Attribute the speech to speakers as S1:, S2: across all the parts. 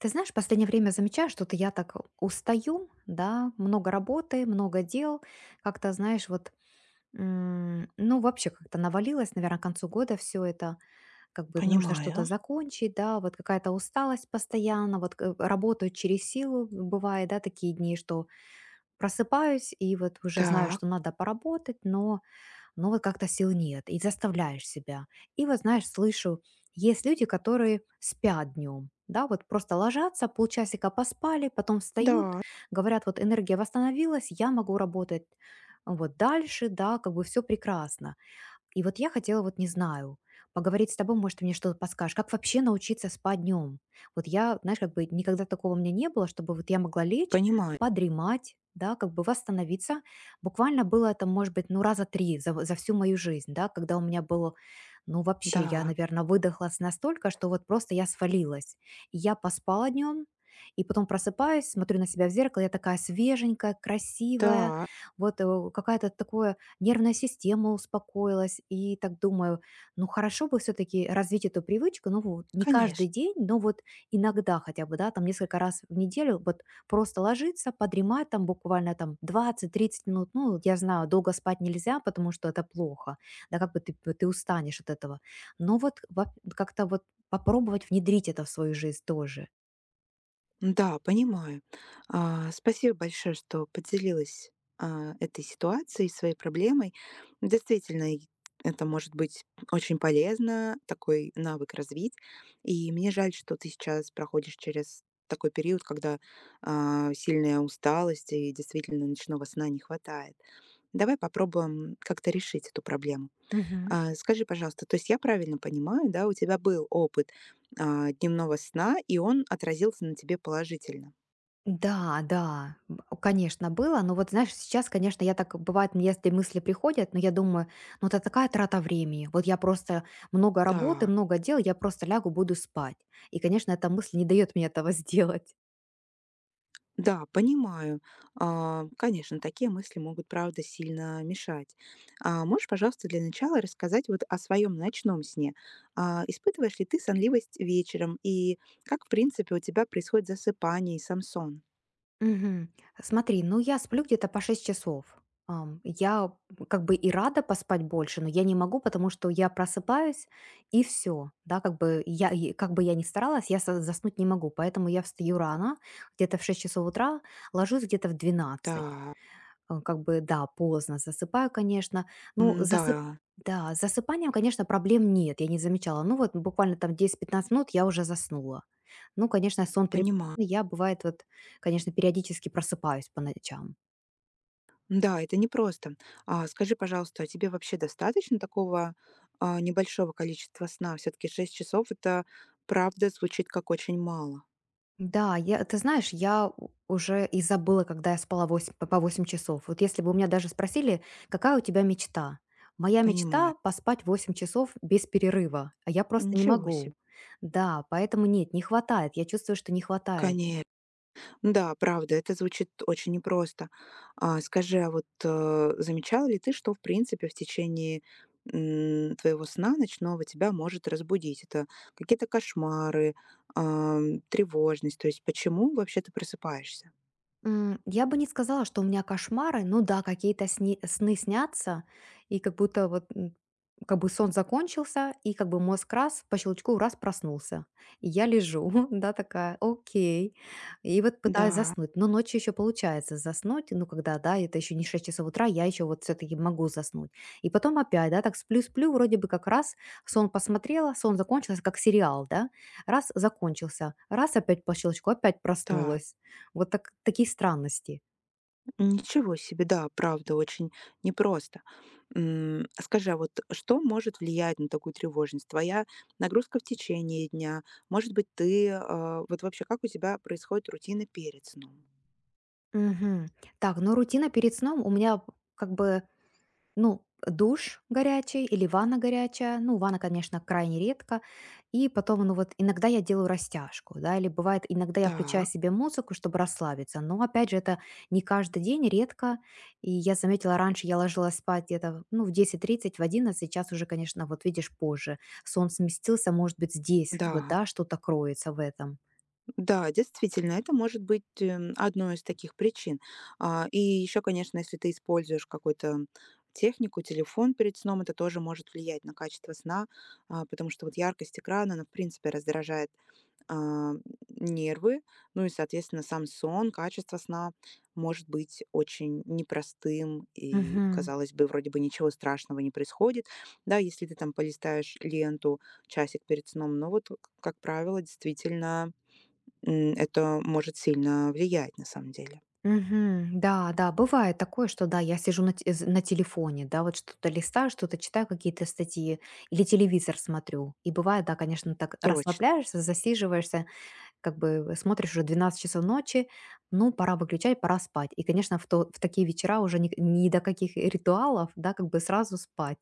S1: Ты знаешь, в последнее время замечаю, что-то я так устаю, да, много работы, много дел, как-то, знаешь, вот, ну, вообще как-то навалилось, наверное, к концу года все это, как бы нужно что-то
S2: Понимаю.
S1: закончить, да, вот какая-то усталость постоянно, вот работаю через силу, бывает, да, такие дни, что просыпаюсь и вот уже знаю,
S2: Так,
S1: что надо поработать, но вот как-то сил нет, и заставляешь себя. И вот, знаешь, слышу, есть люди, которые спят днем, да, вот просто ложатся, полчасика поспали, потом встают,
S2: да,
S1: говорят, вот энергия восстановилась, я могу работать вот дальше, да, как бы все прекрасно. И вот я хотела, вот не знаю, поговорить с тобой, может, ты мне что-то подскажешь. Как вообще научиться спать днем? Вот я, знаешь, как бы никогда такого у меня не было, чтобы вот я могла лечь,
S2: понимаю.
S1: подремать, да, как бы восстановиться. Буквально было это, может быть, ну, раза три за всю мою жизнь, да, когда у меня было, ну, вообще, я,
S2: Да,
S1: наверное, выдохлась настолько, что вот просто я свалилась. И я поспала днем, и потом просыпаюсь, смотрю на себя в зеркало, я такая свеженькая, красивая,
S2: да,
S1: вот какая-то такое. Нервная система успокоилась, и так думаю, ну хорошо бы все-таки развить эту привычку, ну вот не каждый
S2: конечно.
S1: день, но вот иногда хотя бы, да, там несколько раз в неделю вот просто ложиться, подремать там буквально там 20-30 минут, ну вот я знаю, долго спать нельзя, потому что это плохо, да, как бы ты, ты устанешь от этого, но вот как-то вот попробовать внедрить это в свою жизнь тоже.
S2: Да, понимаю. Спасибо большое, что поделилась, этой ситуацией, своей проблемой. Действительно, и это может быть очень полезно, такой навык развить. И мне жаль, что ты сейчас проходишь через такой период, когда сильная усталость и действительно ночного сна не хватает. Давай попробуем как-то решить эту проблему. Скажи, пожалуйста, то есть я правильно понимаю, да, у тебя был опыт дневного сна, и он отразился на тебе положительно?
S1: Да, да, конечно, было. Но вот, знаешь, сейчас, конечно, я так, бывает, мне если мысли приходят, но я думаю, ну это такая трата времени. Вот я просто много работы,
S2: Да,
S1: много дел, я просто лягу, буду спать. И, конечно, эта мысль не дает мне этого сделать.
S2: да, понимаю. Конечно, такие мысли могут, правда, сильно мешать. А можешь, пожалуйста, для начала рассказать вот о своем ночном сне? Испытываешь ли ты сонливость вечером, и как, в принципе, у тебя происходит засыпание и сам сон?
S1: Мгм. Смотри, ну я сплю где-то по 6 часов. Я как бы и рада поспать больше, но я не могу, потому что я просыпаюсь и все, да, как бы я, и как бы я ни старалась, я заснуть не могу, поэтому я встаю рано, где-то в 6 часов утра, ложусь где-то в двенадцать.
S2: Да,
S1: Как бы, да, поздно засыпаю, конечно. Ну,
S2: да,
S1: засып да, с засыпанием, конечно, проблем нет, я не замечала. Ну вот буквально там 10-15 минут я уже заснула. Ну, конечно, сон тревожный,
S2: понимаю.
S1: я, бывает, вот, конечно, периодически просыпаюсь по ночам.
S2: Да, это непросто. А скажи, пожалуйста, а тебе вообще достаточно такого небольшого количества сна? Все-таки 6 часов это правда звучит как очень мало.
S1: Да, я ты знаешь, я у уже и забыла, когда я спала восемь по 8 часов. Вот если бы у меня даже спросили: «Какая у тебя мечта?» Моя мечта —
S2: Понимаю.
S1: поспать 8 часов без перерыва, а я просто не
S2: Ничего
S1: могу.
S2: себе.
S1: Да, поэтому нет, не хватает, я чувствую, что не хватает.
S2: Конечно. Да, правда, это звучит очень непросто. Скажи, а вот замечала ли ты, что в принципе в течение твоего сна ночного тебя может разбудить? Это какие-то кошмары, тревожность. То есть почему вообще ты просыпаешься?
S1: Я бы не сказала, что у меня кошмары. Ну да, какие-то сни сны снятся, и как будто вот, как бы сон закончился, и как бы мозг раз, по щелчку раз проснулся. И я лежу, да, такая: «Окей». И вот пытаюсь
S2: Да,
S1: заснуть. Но ночью еще получается заснуть. Ну, когда, да, это еще не 6 часов утра, я еще вот все-таки могу заснуть. И потом опять, да, так сплю-сплю, вроде бы как раз сон посмотрела, сон закончился, как сериал, да. Раз- закончился, раз- опять по щелчку, опять
S2: да.
S1: проснулась. Вот так такие странности.
S2: Ничего себе, да, правда, очень непросто. Скажи, а вот что может влиять на такую тревожность? Твоя нагрузка в течение дня? Может быть, ты... а, Вот вообще, как у тебя происходит рутина перед сном?
S1: Мгм. Так, ну рутина перед сном у меня как бы, ну, душ горячий или ванна горячая. Ну, ванна, конечно, крайне редко. И потом, ну вот, иногда я делаю растяжку, да, или бывает, иногда я включаю
S2: Так,
S1: себе музыку, чтобы расслабиться. Но, опять же, это не каждый день, редко. И я заметила, раньше я ложилась спать где-то, ну, в 10:30 в 11, сейчас уже, конечно, вот видишь, позже. Сон сместился, может быть, здесь, вот,
S2: да,
S1: да, что-то кроется в этом.
S2: да, действительно, это может быть одной из таких причин. И еще, конечно, если ты используешь какую то технику, телефон перед сном, это тоже может влиять на качество сна, потому что вот яркость экрана, она, в принципе, раздражает а, нервы, ну и, соответственно, сам сон, качество сна может быть очень непростым, и,
S1: Мгм.
S2: казалось бы, вроде бы ничего страшного не происходит, да, если ты там полистаешь ленту часик перед сном, но вот, как правило, действительно, это может сильно влиять на самом деле.
S1: Мгм. Да, да, бывает такое, что да, я сижу на телефоне, да, вот что-то листаю, что-то читаю, какие-то статьи или телевизор смотрю. И бывает, да, конечно, так
S2: Точно.
S1: расслабляешься, засиживаешься, как бы смотришь уже 12 часов ночи, ну, пора выключать, пора спать. И, конечно, в такие вечера уже ни до каких ритуалов, да, как бы сразу спать.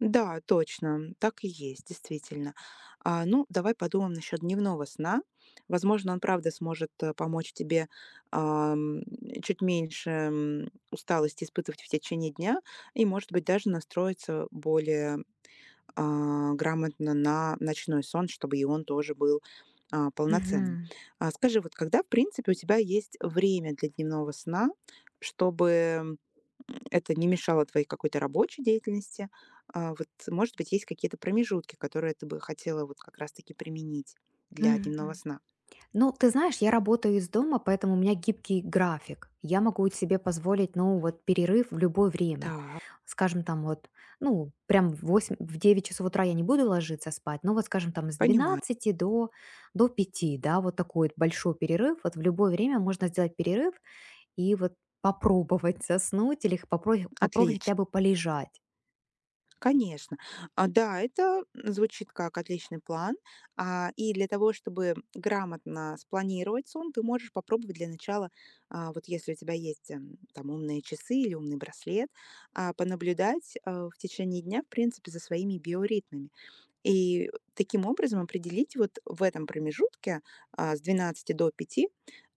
S2: Да, точно, так и есть, действительно. Ну, давай подумаем насчет дневного сна. Возможно, он правда сможет помочь тебе ам, чуть меньше усталости испытывать в течение дня и, может быть, даже настроиться более грамотно на ночной сон, чтобы и он тоже был полноценным.
S1: Мгм.
S2: А скажи, вот когда, в принципе, у тебя есть время для дневного сна, чтобы это не мешало твоей какой-то рабочей деятельности? Вот, может быть, есть какие-то промежутки, которые ты бы хотела вот как раз таки применить для дневного
S1: Мгм.
S2: сна?
S1: Ну, ты знаешь, я работаю из дома, поэтому у меня гибкий график. Я могу себе позволить, ну, вот перерыв в любое время.
S2: Так,
S1: Скажем, там вот, ну, прям в 8, в 9 часов утра я не буду ложиться спать, но вот, скажем, там с
S2: понимаю.
S1: 12 до, до 5, да, вот такой вот большой перерыв. Вот в любое время можно сделать перерыв и вот попробовать заснуть или попробовать
S2: Отлично.
S1: хотя бы полежать.
S2: Конечно. Да, это звучит как отличный план. И для того, чтобы грамотно спланировать сон, ты можешь попробовать для начала, вот если у тебя есть, там умные часы или умный браслет, понаблюдать, в течение дня, в принципе, за своими биоритмами. И таким образом определить вот в этом промежутке, с 12 до 5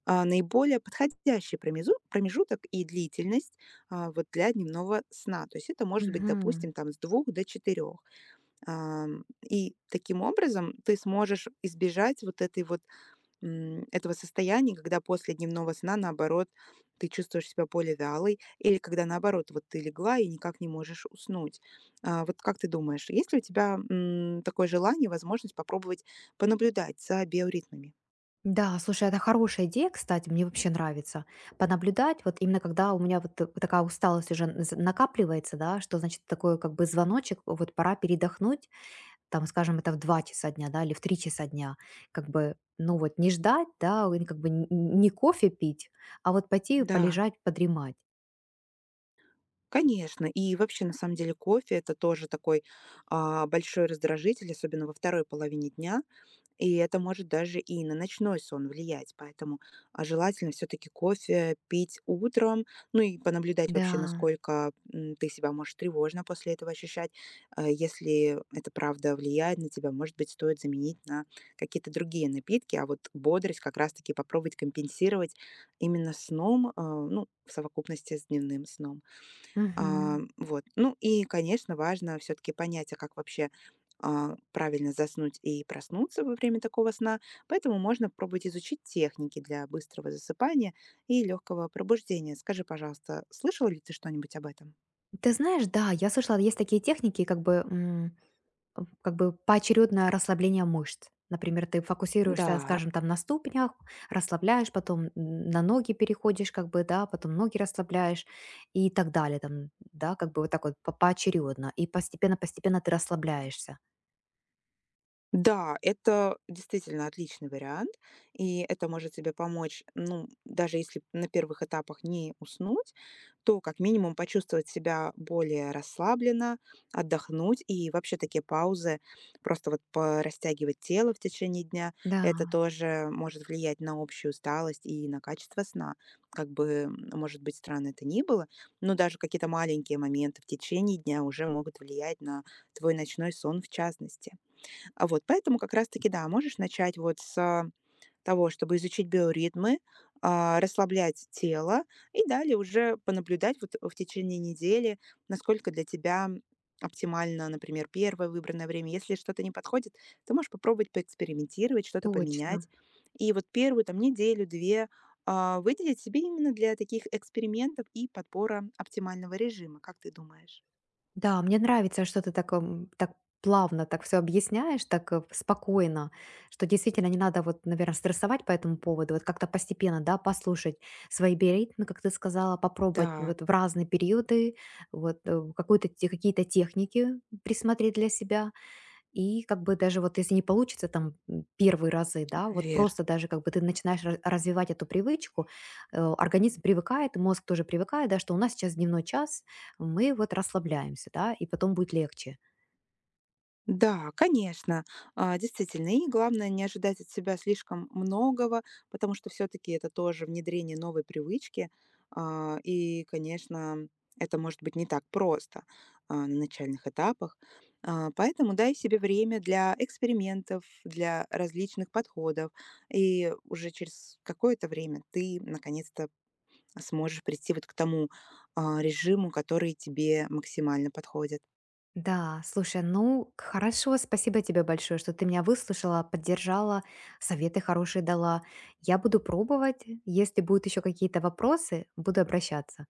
S2: наиболее подходящий промезу промежуток и длительность, вот для дневного сна. То есть это может быть,
S1: Мгм.
S2: допустим, там с 2 до 4. И таким образом ты сможешь избежать этого состояния, когда после дневного сна, наоборот, ты чувствуешь себя более вялой или когда, наоборот, вот ты легла и никак не можешь уснуть. Вот как ты думаешь, есть ли у тебя, такое желание, возможность попробовать понаблюдать за биоритмами?
S1: Да, слушай, это хорошая идея, кстати, мне вообще нравится. Понаблюдать, вот именно когда у меня вот такая усталость уже накапливается, да, что значит такой как бы звоночек, вот пора передохнуть, там, скажем, это в 2 часа дня, да, или в 3 часа дня, как бы, ну вот не ждать, да, и как бы не кофе пить, а вот пойти
S2: Да.
S1: полежать, подремать.
S2: Конечно. И вообще, на самом деле, кофе — это тоже такой, большой раздражитель, особенно во второй половине дня. И это может даже и на ночной сон влиять. Поэтому желательно все таки кофе пить утром, ну и понаблюдать вообще,
S1: Да.
S2: насколько, ты себя можешь тревожно после этого ощущать. Если это правда влияет на тебя, может быть, стоит заменить на какие-то другие напитки, а вот бодрость как раз таки попробовать компенсировать именно сном, ну, в совокупности с дневным сном. А,
S1: Мгм.
S2: вот. Ну и, конечно, важно все-таки понять, а как вообще правильно заснуть и проснуться во время такого сна. Поэтому можно пробовать изучить техники для быстрого засыпания и легкого пробуждения. Скажи, пожалуйста, слышала ли ты что-нибудь об этом?
S1: Ты знаешь, да, я слышала, есть такие техники, как бы как бы поочередное расслабление мышц. Например, ты фокусируешься,
S2: Да,
S1: скажем, там на ступнях, расслабляешь, потом на ноги переходишь, как бы, да, потом ноги расслабляешь и так далее, там, да, как бы вот так вот поочередно. И постепенно-постепенно ты расслабляешься.
S2: да, это действительно отличный вариант, и это может тебе помочь, ну, даже если на первых этапах не уснуть, то как минимум почувствовать себя более расслабленно, отдохнуть и вообще такие паузы, просто вот порастягивать тело в течение дня,
S1: Да,
S2: это тоже может влиять на общую усталость и на качество сна. Как бы, может быть, странно это ни было, но даже какие-то маленькие моменты в течение дня уже могут влиять на твой ночной сон в частности. А вот поэтому как раз-таки, да, можешь начать вот с, того, чтобы изучить биоритмы, расслаблять тело и далее уже понаблюдать вот в течение недели, насколько для тебя оптимально, например, первое выбранное время. Если что-то не подходит, ты можешь попробовать поэкспериментировать, что-то
S1: точно.
S2: поменять. И вот первую там неделю-две, выделить себе именно для таких экспериментов и подбора оптимального режима. Как ты думаешь?
S1: Да, мне нравится, что ты так, так плавно так все объясняешь, так спокойно, что действительно не надо вот, наверное, стрессовать по этому поводу, вот как-то постепенно, да, послушать свои биоритмы, как ты сказала, попробовать
S2: Да,
S1: вот в разные периоды, вот какую-то, какие-то техники присмотреть для себя, и как бы даже вот если не получится там первые разы, да, вот
S2: верно.
S1: просто даже как бы ты начинаешь развивать эту привычку, организм привыкает, мозг тоже привыкает, да, что у нас сейчас дневной час, мы вот расслабляемся, да, и потом будет легче.
S2: Да, конечно, действительно. И главное не ожидать от себя слишком многого, потому что все-таки это тоже внедрение новой привычки. И, конечно, это может быть не так просто на начальных этапах. Поэтому дай себе время для экспериментов, для различных подходов. И уже через какое-то время ты наконец-то сможешь прийти вот к тому режиму, который тебе максимально подходит.
S1: Да, слушай, ну хорошо, спасибо тебе большое, что ты меня выслушала, поддержала, советы хорошие дала. Я буду пробовать, если будут еще какие-то вопросы, буду обращаться.